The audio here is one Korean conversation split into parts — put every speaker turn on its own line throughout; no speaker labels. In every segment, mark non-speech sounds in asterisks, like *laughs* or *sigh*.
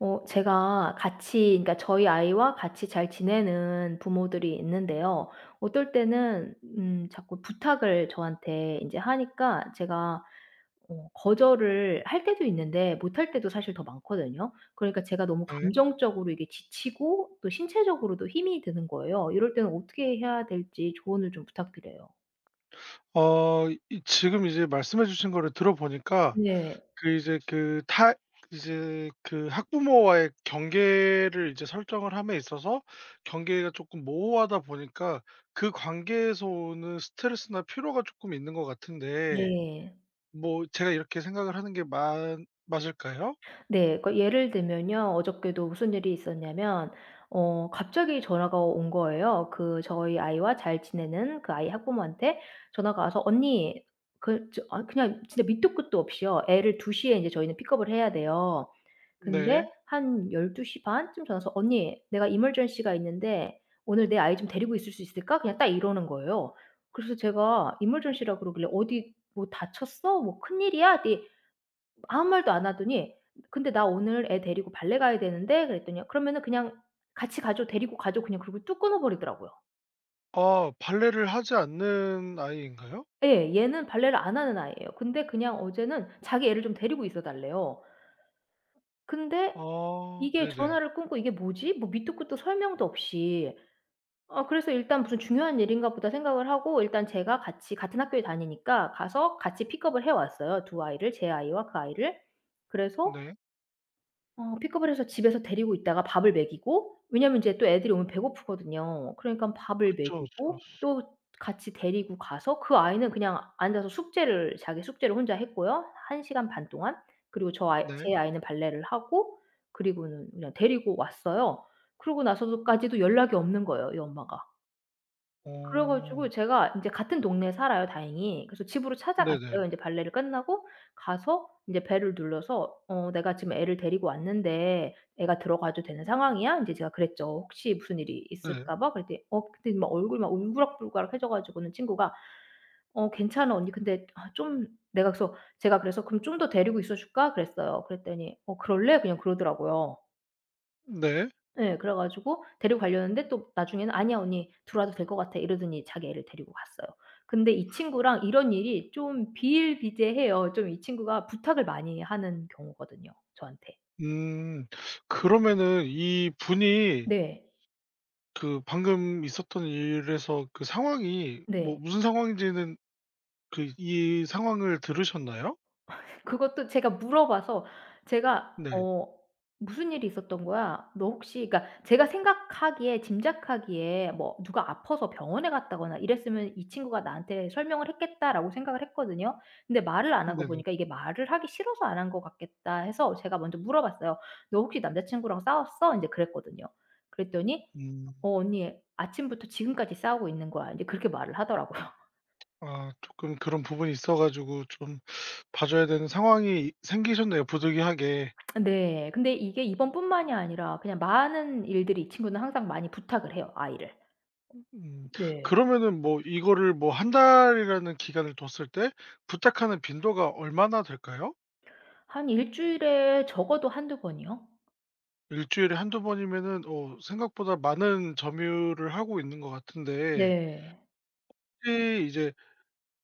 제가 같이 그러니까 저희 아이와 같이 잘 지내는 부모들이 있는데요. 어떨 때는 자꾸 부탁을 저한테 이제 하니까 제가 거절을 할 때도 있는데 못할 때도 사실 더 많거든요. 그러니까 제가 너무
네.
감정적으로 이게 지치고 또 신체적으로도 힘이 드는 거예요. 이럴 때는 어떻게 해야 될지 조언을 좀 부탁드려요.
이 지금 이제 말씀해 주신 거를 들어보니까
네.
그 이제 그 타 이제 그 학부모와의 경계를 이제 설정을 함에 있어서, 경계가 조금 모호하다 보니까 그 관계에서 오는 스트레스나 피로가 조금 있는 것 같은데,
네.
뭐 제가 이렇게 생각을 하는 게 맞 맞을까요?
네. 그러니까 예를 들면요. 어저께도 무슨 일이 있었냐면 갑자기 전화가 온 거예요. 그 저희 아이와 잘 지내는 그 아이 학부모한테 전화가 와서 "언니" 그냥 진짜 밑도 끝도 없이요. 애를 2시에 인제 저희는 픽업을 해야 돼요. 근데
네.
한 12시 반쯤 전화 와서 "언니 내가 이머전시가 있는데 오늘 내 아이 좀 데리고 있을 수 있을까?" 그냥 딱 이러는 거예요. 그래서 제가 이머전시라 그러길래 "어디 뭐 다쳤어? 뭐 큰일이야?" 했더니 아무 말도 안 하더니 "근데 나 오늘 애 데리고 발레 가야 되는데." 그랬더니 요 "그러면은 그냥 같이 가죠. 데리고 가죠." 그냥 그러고 뚝 끊어 버리더라고요.
아 발레를 하지 않는 아이인가요?
예. 얘는 발레를 안 하는 아이예요. 근데 그냥 어제는 자기 애를 좀 데리고 있어 달래요. 근데
아
이게
네네.
전화를 끊고 '이게 뭐지?' 뭐 밑도 끝도 설명도 없이. 그래서 일단 무슨 '중요한 일인가 보다.' 생각을 하고 일단 제가 같이 같은 학교에 다니니까 가서 같이 픽업을 해 왔어요, 두 아이를. 제 아이와 그 아이를. 그래서
네.
픽업을 해서 집에서 데리고 있다가 밥을 먹이고 왜냐면 이제 또 애들이 오면 배고프거든요. 그러니깐 밥을
그쵸, 그쵸.
먹이고 또 같이 데리고 가서 그 아이는 그냥 앉아서 숙제를 자기 숙제를 혼자 했고요. 한 시간 반 동안. 그리고 저 아이
네.
제 아이는 발레를 하고 그리고는 그냥 데리고 왔어요. 그러고 나서도 까지도 연락이 없는 거예요, 이 엄마가. 그래
어.
가지고 제가 인제 같은 동네에 살아요 다행히. 그래서 집으로
네네.
찾아갔어요. 인제 발레를 끝나고 가서 인제 벨을 눌러서 "어 내가 지금 애를 데리고 왔는데 애가 들어가도 되는 상황이야?" 인제 제가 그랬죠. "혹시 무슨 일이
네.
있을까 봐?" 그랬더니 그때 막 얼굴이 막 울그락불그락해져 가지고는 친구가 "어 괜찮아 언니. 근데 아 좀" 내가 그래서 제가 그래서 "그럼 좀 더 데리고 있어 줄까?" 그랬어요. 그랬더니 "어 그럴래?" 그냥 그러더라고요.
네.
예. 그래 가지고 데리고 가려는데 또 나중에는 "아니야 언니. 들어와도 될 것 같아." 이러더니 자기 애를 데리고 갔어요. 근데 이 친구랑 이런 일이 좀 비일비재해요. 좀 이 친구가 부탁을 많이 하는 경우거든요 저한테.
음. 그러면은 이분이
네.
그 방금 있었던 일에서 그 상황이 뭐
네.
무슨 상황인지는, 그 이 상황을 들으셨나요?
그것도 제가 물어봐서 제가
네.
어 무슨 일이 있었던 거야. 너 혹시 그러니까 제가 생각하기에 짐작하기에 뭐 누가 아파서 병원에 갔다거나 이랬으면 이 친구가 나한테 설명을 했겠다라고 생각을 했거든요. 근데 말을 안 한 거
네네.
보니까 이게 말을 하기 싫어서 안 한 것 같겠다 해서 제가 먼저 물어봤어요. "너 혹시 남자친구랑 싸웠어?" 이제 그랬거든요. 그랬더니
음.
"어 언니 아침부터 지금까지 싸우고 있는 거야." 이제 그렇게 말을 하더라고요.
아 쪼끔 그런 부분이 있어 가지고 좀 봐 줘야 되는 상황이 생기셨네요, 부득이하게.
네. 근데 이게 이번뿐만이 아니라 그냥 많은 일들이 이 친구는 항상 많이 부탁을 해요, 아이를.
음.
네.
그러면은 뭐 이거를 뭐 한 달이라는 기간을 뒀을 때 부탁하는 빈도가 얼마나 될까요?
한 일 주일에 적어도 한두 번이요.
일 주일에 한두 번이면은 생각보다 많은 점유를 하고 있는 것 같은데,
네.
혹시 이제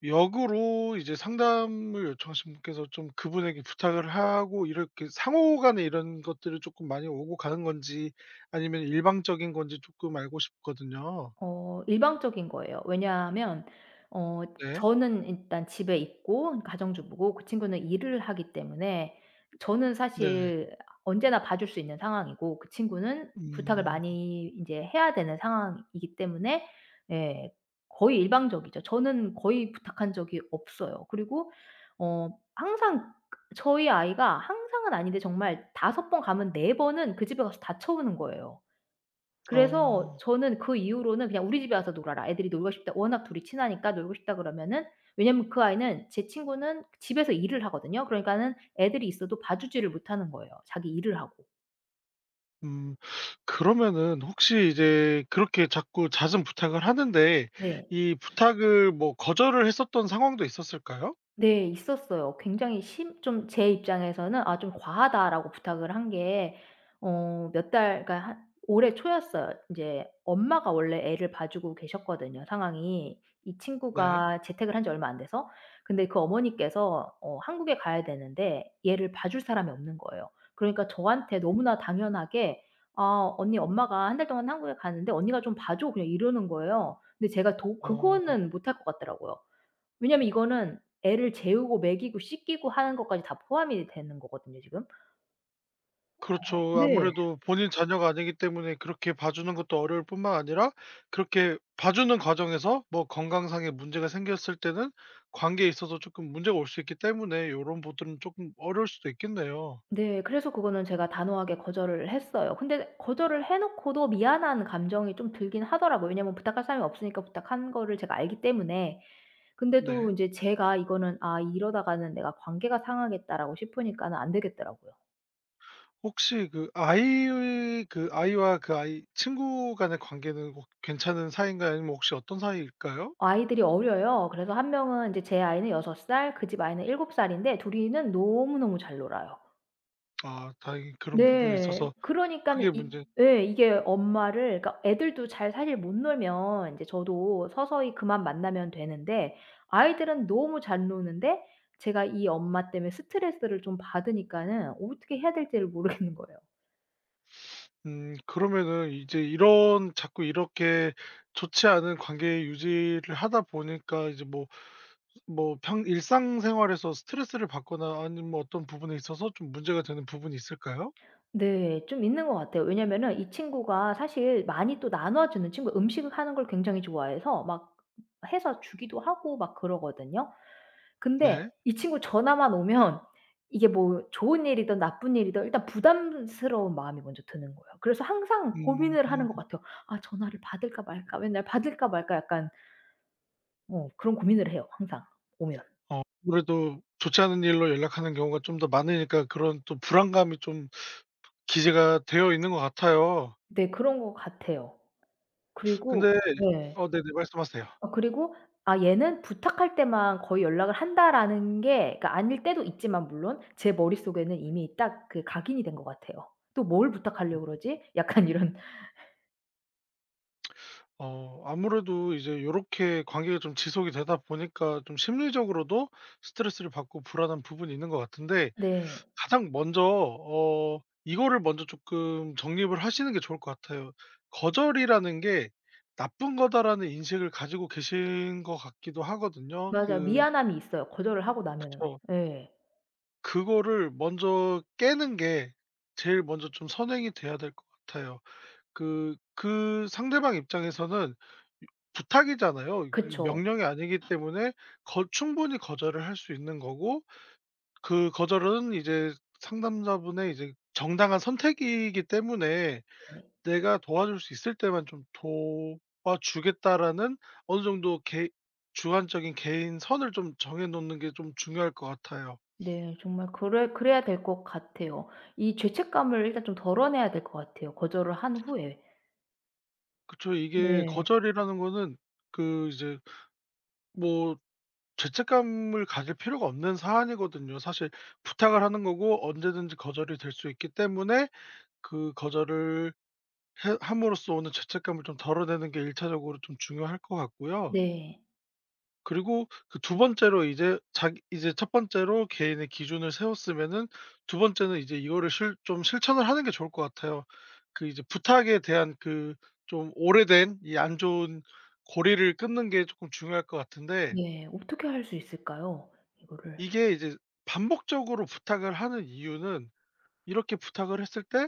역으로 이제 상담을 요청하신 분께서 좀 그분에게 부탁을 하고 이렇게 상호 간에 이런 것들이 조금 많이 오고 가는 건지, 아니면 일방적인 건지 조금 알고 싶거든요.
일방적인 거예요. 왜냐하면 어
네.
저는 일단 집에 있고 가정주부고 그 친구는 일을 하기 때문에 저는
네.
사실 언제나 봐줄 수 있는 상황이고 그 친구는 부탁을
음.
많이 인제 해야 되는 상황이기 때문에 예, 거의 일방적이죠. 저는 거의 부탁한 적이 없어요. 그리고 어 항상 저희 아이가 항상은 아닌데 정말 다섯 번 가면 네 번은 그 집에 가서 다 쳐오는 거예요. 그래서
어.
저는 그 이후로는 그냥 "우리 집에 와서 놀아라. 애들이 놀고 싶다." 워낙 둘이 친하니까 놀고 싶다 그러면은 왜냐면 그 아이는 제 친구는 집에서 일을 하거든요. 그러니까는 애들이 있어도 봐주지를 못하는 거예요, 자기 일을 하고.
음. 그러면은 혹시 이제 그렇게 자꾸 잦은 부탁을 하는데
네.
이 부탁을 뭐 거절을 했었던 상황도 있었을까요?
네 있었어요. 굉장히 심 좀 제 입장에서는 '아 좀 과하다.'라고 부탁을 한 게 몇 달 그러니까 한 올해 초였어요. 이제 엄마가 원래 애를 봐주고 계셨거든요 상황이. 이
네.
친구가 재택을 한 지 얼마 안 돼서. 근데 그 어머니께서 한국에 가야 되는데 얘를 봐줄 사람이 없는 거예요. 그러니까 저한테
음.
너무나 당연하게 "아 언니 엄마가 1달 동안 한국에 가는데 언니가 좀 봐 줘." 그냥 이러는 거예요. 근데 제가 도
어.
그거는 못할 것 같더라고요. 왜냐면 이거는 애를 재우고 먹이고 씻기고 하는 것까지 다 포함이 되는 거거든요 지금. 어.
그렇죠.
네.
아무래도 본인 자녀가 아니기 때문에 그렇게 봐주는 것도 어려울 뿐만 아니라, 그렇게 봐주는 과정에서 뭐 건강상의 문제가 생겼을 때는 관계에 있어서 조금 문제가 올 수 있기 때문에, 이런 부분은 조금 어려울 수도 있겠네요.
네. 그래서 그거는 제가 단호하게 거절을 했어요. 근데 거절을 해 놓고도 미안한 감정이 좀 들긴 하더라고요. 왜냐면 부탁할 사람이 없으니까 부탁한 거를 제가 알기 때문에. 근데 또
네.
인제 제가 이거는 '아 이러다가는 내가 관계가 상하겠다.'라고 싶으니까는 안 되겠더라고요.
혹시 그 아이의 그 아이와 그 아이 친구 간의 관계는 혹 괜찮은 사이인가요? 아니면 혹시 어떤 사이일까요?
아이들이 어려요. 그래서 한 명은 인제 제 아이는 6살, 그 집 아이는 7 살인데 둘 이는 너무너무 잘 놀아요.
아 다행히 그런 부분에
네.
있어서
그러니까는
크게
이
문제.
예 이게 엄마를 그러니까 애들도 잘 사실 못 놀면 인제 저도 서서히 그만 만나면 되는데 아이들은 너무 잘 노는데 제가 이 엄마 때문에 스트레스를 좀 받으니까는 어떻게 해야 될지를 모르겠는 거예요.
그러면은 이제 이런 자꾸 이렇게 좋지 않은 관계 유지를 하다 보니까, 이제 뭐 평 일상생활에서 스트레스를 받거나 아니면 뭐 어떤 부분에 있어서 좀 문제가 되는 부분이 있을까요?
네. 좀 있는 것 같아요. 왜냐면은 이 친구가 사실 많이 또 나눠 주는 친구 음식을 하는 걸 굉장히 좋아해서 막 해서 주기도 하고 막 그러거든요. 근데
네.
이 친구 전화만 오면 이게 뭐 좋은 일이든 나쁜 일이든 일단 부담스러운 마음이 먼저 드는 거예요. 그래서 항상
음.
고민을 하는
음.
것 같아요. '아 전화를 받을까 말까. 맨날 받을까 말까.' 약간 그런 고민을 해요 항상 오면.
아무래도 좋지 않은 일로 연락하는 경우가 좀 더 많으니까 그런 또 불안감이 좀 기재가 되어 있는 것 같아요.
네 그런 것 같아요. 그리고
근데
네.
네네, 말씀하세요.
그리고 아 얘는 부탁할 때만 거의 연락을 한다라는 게 그러니까 아닐 때도 있지만 물론 제 머릿속에는 이미 딱 그 각인이 된 것 같아요. '또 뭘 부탁하려고 그러지?' 약간 이런
아무래도 이제 요렇게 관계가 좀 지속이 되다 보니까 좀 심리적으로도 스트레스를 받고 불안한 부분이 있는 것 같은데,
네.
가장 먼저 이거를 먼저 조금 정립을 하시는 게 좋을 것 같아요. '거절이라는 게 나쁜 거다.'라는 인식을 가지고 계신 것 같기도 하거든요.
맞아요. 미안함이 있어요, 거절을 하고 나면은.
그쵸.
예.
그거를 먼저 깨는 게 제일 먼저 좀 선행이 돼야 될 것 같아요. 그 상대방 입장에서는 부탁이잖아요. 이
그쵸.
명령이 아니기 때문에 거 충분히 거절을 할 수 있는 거고, 그 거절은 이제 상담자분의 이제 정당한 선택이기 때문에
네.
'내가 도와줄 수 있을 때만 좀 도와주겠다.'라는 어느 정도 개 주관적인 개인 선을 좀 정해 놓는 게 좀 중요할 것 같아요.
네. 정말 그래야 될 것 같아요. 이 죄책감을 일단 좀 덜어내야 될 것 같아요, 거절을 한 후에.
그쵸. 이게
네.
거절이라는 거는 그 이제 뭐 죄책감을 가질 필요가 없는 사안이거든요, 사실. 부탁을 하는 거고 언제든지 거절이 될 수 있기 때문에 그 거절을 해 함으로써 오는 죄책감을 좀 덜어내는 게 1 차적으로 좀 중요할 것 같고요.
네.
그리고 그 두 번째로 이제 자기 이제 첫 번째로 개인의 기준을 세웠으면은, 두 번째는 이제 이거를 실 좀 실천을 하는 게 좋을 것 같아요. 그 이제 부탁에 대한 그 좀 오래된 이 안 좋은 고리를 끊는 게 조금 중요할 것 같은데,
네. 어떻게 할 수 있을까요? 이거를.
이게 이제 반복적으로 부탁을 하는 이유는 이렇게 부탁을 했을 때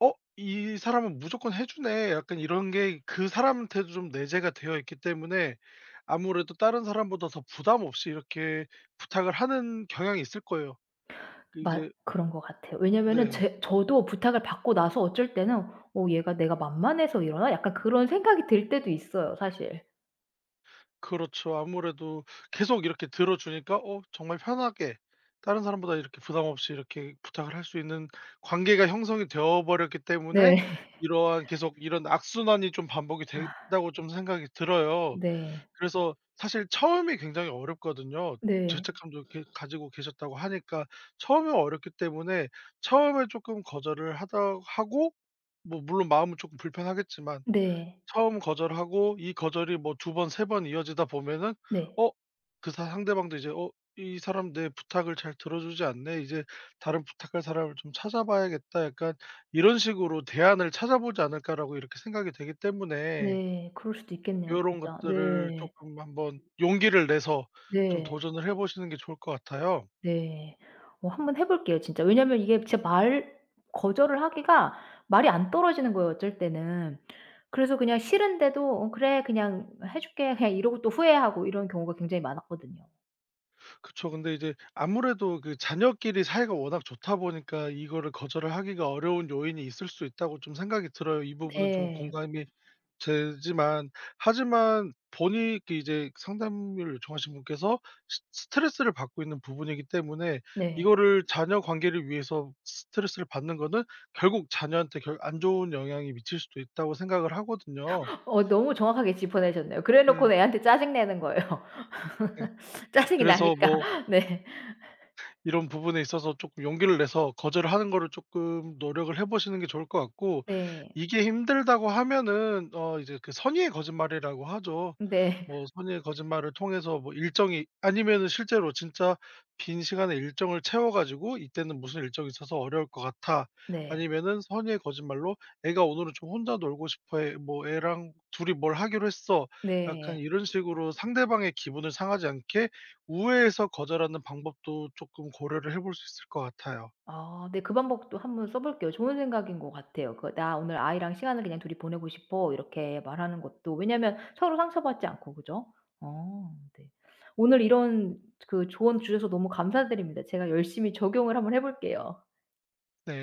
'어 이 사람은 무조건 해 주네.' 약간 이런 게 그 사람한테도 좀 내재가 되어 있기 때문에, 아무래도 다른 사람보다 더 부담 없이 이렇게 부탁을 하는 경향이 있을 거예요. 그
맞
이제
그런 것 같아요. 왜냐면은
네.
제 저도 부탁을 받고 나서 어쩔 때는 '어 얘가 내가 만만해서 이러나?' 약간 그런 생각이 들 때도 있어요, 사실.
그렇죠. 아무래도 계속 이렇게 들어 주니까 정말 편하게 다른 사람보다 이렇게 부담 없이 이렇게 부탁을 할 수 있는 관계가 형성이 되어 버렸기 때문에,
네.
이러한 계속 이런 악순환이 좀 반복이
아
된다고 좀 생각이 들어요.
네.
그래서 사실 처음이 굉장히 어렵거든요.
네.
죄책감도 이렇게 가지고 계셨다고 하니까, 처음에 어렵기 때문에 처음에 조금 거절을 하다 하고, 뭐 물론 마음은 조금 불편하겠지만,
네.
처음 거절하고 이 거절이 뭐 두 번 세 번 이어지다 보면은
네.
어 그 사 상대방도 이제 '어 이 사람 내 부탁을 잘 들어주지 않네. 이제 다른 부탁할 사람을 좀 찾아봐야겠다.' 약간 이런 식으로 '대안을 찾아보지 않을까.'라고 이렇게 생각이 되기 때문에,
네. 그럴 수도 있겠네요
요런
진짜.
것들을
네.
조금 한번 용기를 내서 좀
네.
도전을 해 보시는 게 좋을 것 같아요.
네. 한번 해 볼게요 진짜. 왜냐면 이게 진짜 말 거절을 하기가 말이 안 떨어지는 거예요 어쩔 때는. 그래서 그냥 싫은데도 '어 그래 그냥 해 줄게.' 그냥 이러고 또 후회하고 이런 경우가 굉장히 많았거든요.
그쵸. 근데 이제 아무래도 그 자녀끼리 사이가 워낙 좋다 보니까 이거를 거절을 하기가 어려운 요인이 있을 수 있다고 좀 생각이 들어요. 이 부분은 좀
네.
공감이 되지만, 하지만 본인 그 이제 상담을 요청하신 분께서 스 스트레스를 받고 있는 부분이기 때문에,
네.
이거를 자녀 관계를 위해서 스트레스를 받는 거는 결국 자녀한테 결 안 좋은 영향이 미칠 수도 있다고 생각을 하거든요.
너무 정확하게 짚어내셨네요. 그래 놓고는
네.
애한테 짜증 내는 거예요.
네.
*laughs* 짜증이
그래서
나니까.
뭐
네.
이런 부분에 있어서 조금 용기를 내서 거절을 하는 거를 조금 노력을 해 보시는 게 좋을 것 같고,
네.
이게 힘들다고 하면은 이제 그 선의의 거짓말이라고 하죠.
네.
뭐 선의의 거짓말을 통해서 뭐 일정이 아니면은 실제로 진짜 빈 시간에 일정을 채워 가지고 "이때는 무슨 일정이 있어서 어려울 것 같아."
네.
아니면은 선의의 거짓말로 "애가 오늘은 좀 혼자 놀고 싶어 해." 뭐 "애랑 둘이 뭘 하기로 했어." 약간
네.
이런 식으로 상대방의 기분을 상하지 않게 우회해서 거절하는 방법도 조금 고려를 해볼 수 있을 것 같아요.
아 네. 그 방법도 한번 써 볼게요. 좋은 생각인 것 같아요. 그 "나 오늘 아이랑 시간을 그냥 둘이 보내고 싶어." 이렇게 말하는 것도 왜냐면 서로 상처받지 않고 그죠? 어 네. 오늘 이런 그 조언 주셔서 너무 감사드립니다. 제가 열심히 적용을 한번 해 볼게요.
네.